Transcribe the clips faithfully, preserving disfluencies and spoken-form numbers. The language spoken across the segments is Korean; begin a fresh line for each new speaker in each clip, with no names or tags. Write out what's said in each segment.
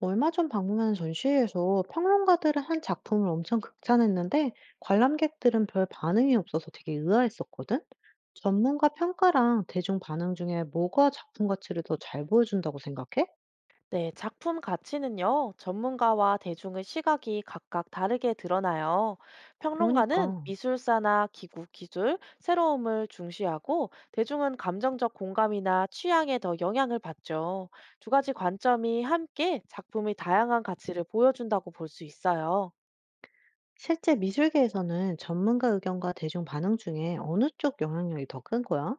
얼마 전 방문한 전시회에서 평론가들은 한 작품을 엄청 극찬했는데 관람객들은 별 반응이 없어서 되게 의아했었거든? 전문가 평가랑 대중 반응 중에 뭐가 작품 가치를 더 잘 보여준다고 생각해?
네, 작품 가치는요, 전문가와 대중의 시각이 각각 다르게 드러나요. 평론가는
그러니까.
미술사나 기구, 기술, 새로움을 중시하고, 대중은 감정적 공감이나 취향에 더 영향을 받죠. 두 가지 관점이 함께 작품의 다양한 가치를 보여준다고 볼 수 있어요.
실제 미술계에서는 전문가 의견과 대중 반응 중에 어느 쪽 영향력이 더 큰 거야?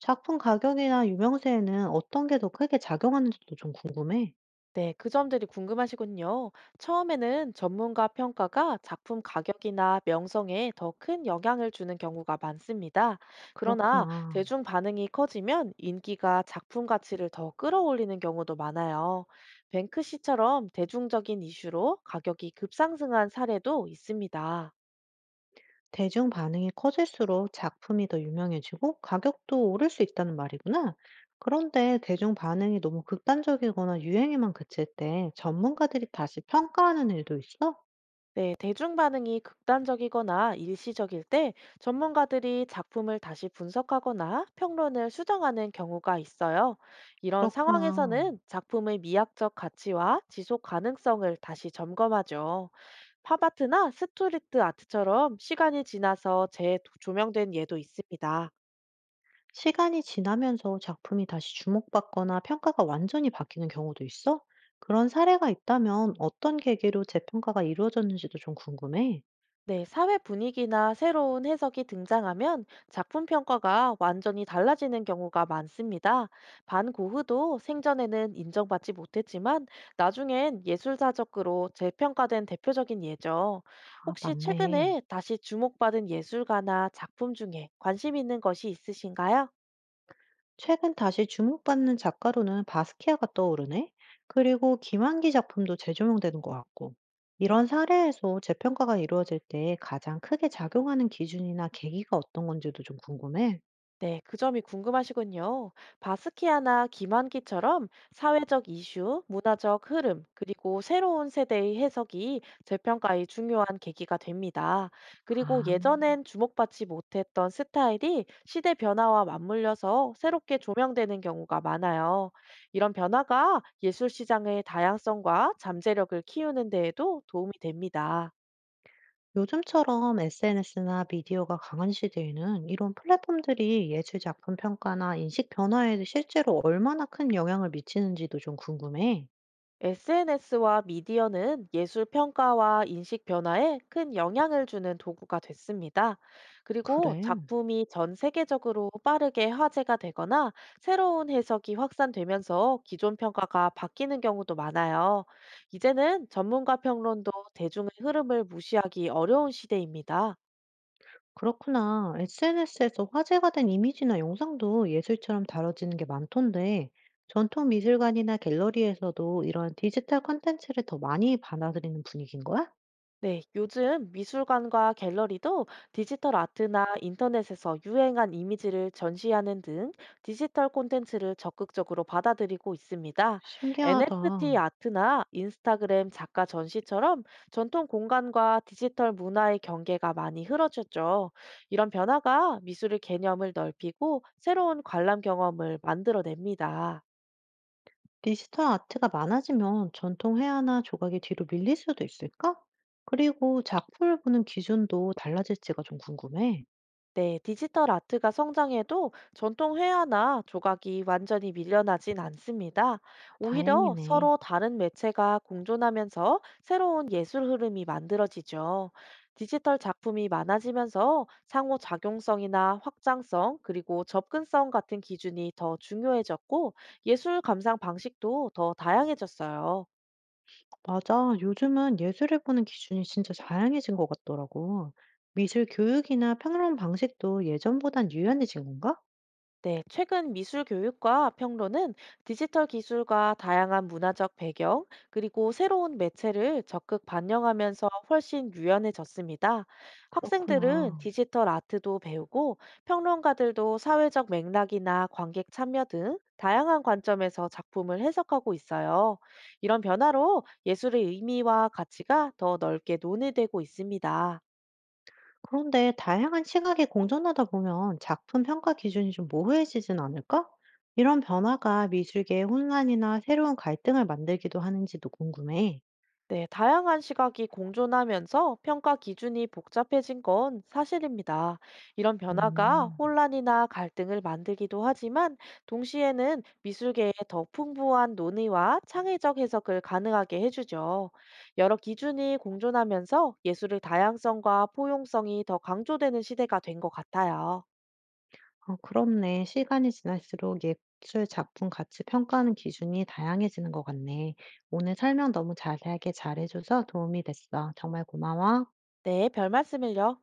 작품 가격이나 유명세에는 어떤 게 더 크게 작용하는지도 좀 궁금해.
네, 그 점들이 궁금하시군요. 처음에는 전문가 평가가 작품 가격이나 명성에 더 큰 영향을 주는 경우가 많습니다. 그러나
그렇구나.
대중 반응이 커지면 인기가 작품 가치를 더 끌어올리는 경우도 많아요. 뱅크시처럼 대중적인 이슈로 가격이 급상승한 사례도 있습니다.
대중 반응이 커질수록 작품이 더 유명해지고 가격도 오를 수 있다는 말이구나. 그런데 대중 반응이 너무 극단적이거나 유행에만 그칠 때 전문가들이 다시 평가하는 일도 있어?
네, 대중 반응이 극단적이거나 일시적일 때 전문가들이 작품을 다시 분석하거나 평론을 수정하는 경우가 있어요. 이런
그렇구나.
상황에서는 작품의 미학적 가치와 지속 가능성을 다시 점검하죠. 팝아트나 스트리트 아트처럼 시간이 지나서 재조명된 예도 있습니다.
시간이 지나면서 작품이 다시 주목받거나 평가가 완전히 바뀌는 경우도 있어? 그런 사례가 있다면 어떤 계기로 재평가가 이루어졌는지도 좀 궁금해.
네, 사회 분위기나 새로운 해석이 등장하면 작품 평가가 완전히 달라지는 경우가 많습니다. 반 고흐도 생전에는 인정받지 못했지만 나중엔 예술사적으로 재평가된 대표적인 예죠.
아,
혹시
맞네.
최근에 다시 주목받은 예술가나 작품 중에 관심 있는 것이 있으신가요?
최근 다시 주목받는 작가로는 바스키아가 떠오르네. 그리고 김환기 작품도 재조명되는 것 같고. 이런 사례에서 재평가가 이루어질 때 가장 크게 작용하는 기준이나 계기가 어떤 건지도 좀 궁금해.
네, 그 점이 궁금하시군요. 바스키아나 김한기처럼 사회적 이슈, 문화적 흐름, 그리고 새로운 세대의 해석이 재평가의 중요한 계기가 됩니다. 그리고
아,
예전엔 주목받지 못했던 스타일이 시대 변화와 맞물려서 새롭게 조명되는 경우가 많아요. 이런 변화가 예술 시장의 다양성과 잠재력을 키우는 데에도 도움이 됩니다.
요즘처럼 에스엔에스나 미디어가 강한 시대에는 이런 플랫폼들이 예술 작품 평가나 인식 변화에 실제로 얼마나 큰 영향을 미치는지도 좀 궁금해.
에스엔에스와 미디어는 예술 평가와 인식 변화에 큰 영향을 주는 도구가 됐습니다. 그리고
그래.
작품이 전 세계적으로 빠르게 화제가 되거나 새로운 해석이 확산되면서 기존 평가가 바뀌는 경우도 많아요. 이제는 전문가 평론도 대중의 흐름을 무시하기 어려운 시대입니다.
그렇구나. 에스엔에스에서 화제가 된 이미지나 영상도 예술처럼 다뤄지는 게 많던데, 전통 미술관이나 갤러리에서도 이런 디지털 콘텐츠를 더 많이 받아들이는 분위기인 거야?
네, 요즘 미술관과 갤러리도 디지털 아트나 인터넷에서 유행한 이미지를 전시하는 등 디지털 콘텐츠를 적극적으로 받아들이고 있습니다.
신기하다.
엔에프티 아트나 인스타그램 작가 전시처럼 전통 공간과 디지털 문화의 경계가 많이 흐려졌죠. 이런 변화가 미술의 개념을 넓히고 새로운 관람 경험을 만들어냅니다.
디지털 아트가 많아지면 전통 회화나 조각이 뒤로 밀릴 수도 있을까? 그리고 작품을 보는 기준도 달라질지가 좀 궁금해.
네, 디지털 아트가 성장해도 전통 회화나 조각이 완전히 밀려나진 않습니다. 오히려
다행이네.
서로 다른 매체가 공존하면서 새로운 예술 흐름이 만들어지죠. 디지털 작품이 많아지면서 상호 작용성이나 확장성, 그리고 접근성 같은 기준이 더 중요해졌고 예술 감상 방식도 더 다양해졌어요.
맞아. 요즘은 예술을 보는 기준이 진짜 다양해진 것 같더라고. 미술 교육이나 평론 방식도 예전보단 유연해진 건가?
네, 최근 미술 교육과 평론은 디지털 기술과 다양한 문화적 배경, 그리고 새로운 매체를 적극 반영하면서 훨씬 유연해졌습니다. 학생들은
그렇구나.
디지털 아트도 배우고, 평론가들도 사회적 맥락이나 관객 참여 등 다양한 관점에서 작품을 해석하고 있어요. 이런 변화로 예술의 의미와 가치가 더 넓게 논의되고 있습니다.
그런데 다양한 시각이 공존하다 보면 작품 평가 기준이 좀 모호해지진 않을까? 이런 변화가 미술계의 혼란이나 새로운 갈등을 만들기도 하는지도 궁금해.
네, 다양한 시각이 공존하면서 평가 기준이 복잡해진 건 사실입니다. 이런 변화가
음.
혼란이나 갈등을 만들기도 하지만 동시에는 미술계에 더 풍부한 논의와 창의적 해석을 가능하게 해주죠. 여러 기준이 공존하면서 예술의 다양성과 포용성이 더 강조되는 시대가 된 것 같아요.
어 그렇네. 시간이 지날수록 예술 작품 가치 평가하는 기준이 다양해지는 것 같네. 오늘 설명 너무 자세하게 잘해줘서 도움이 됐어. 정말 고마워.
네, 별 말씀을요.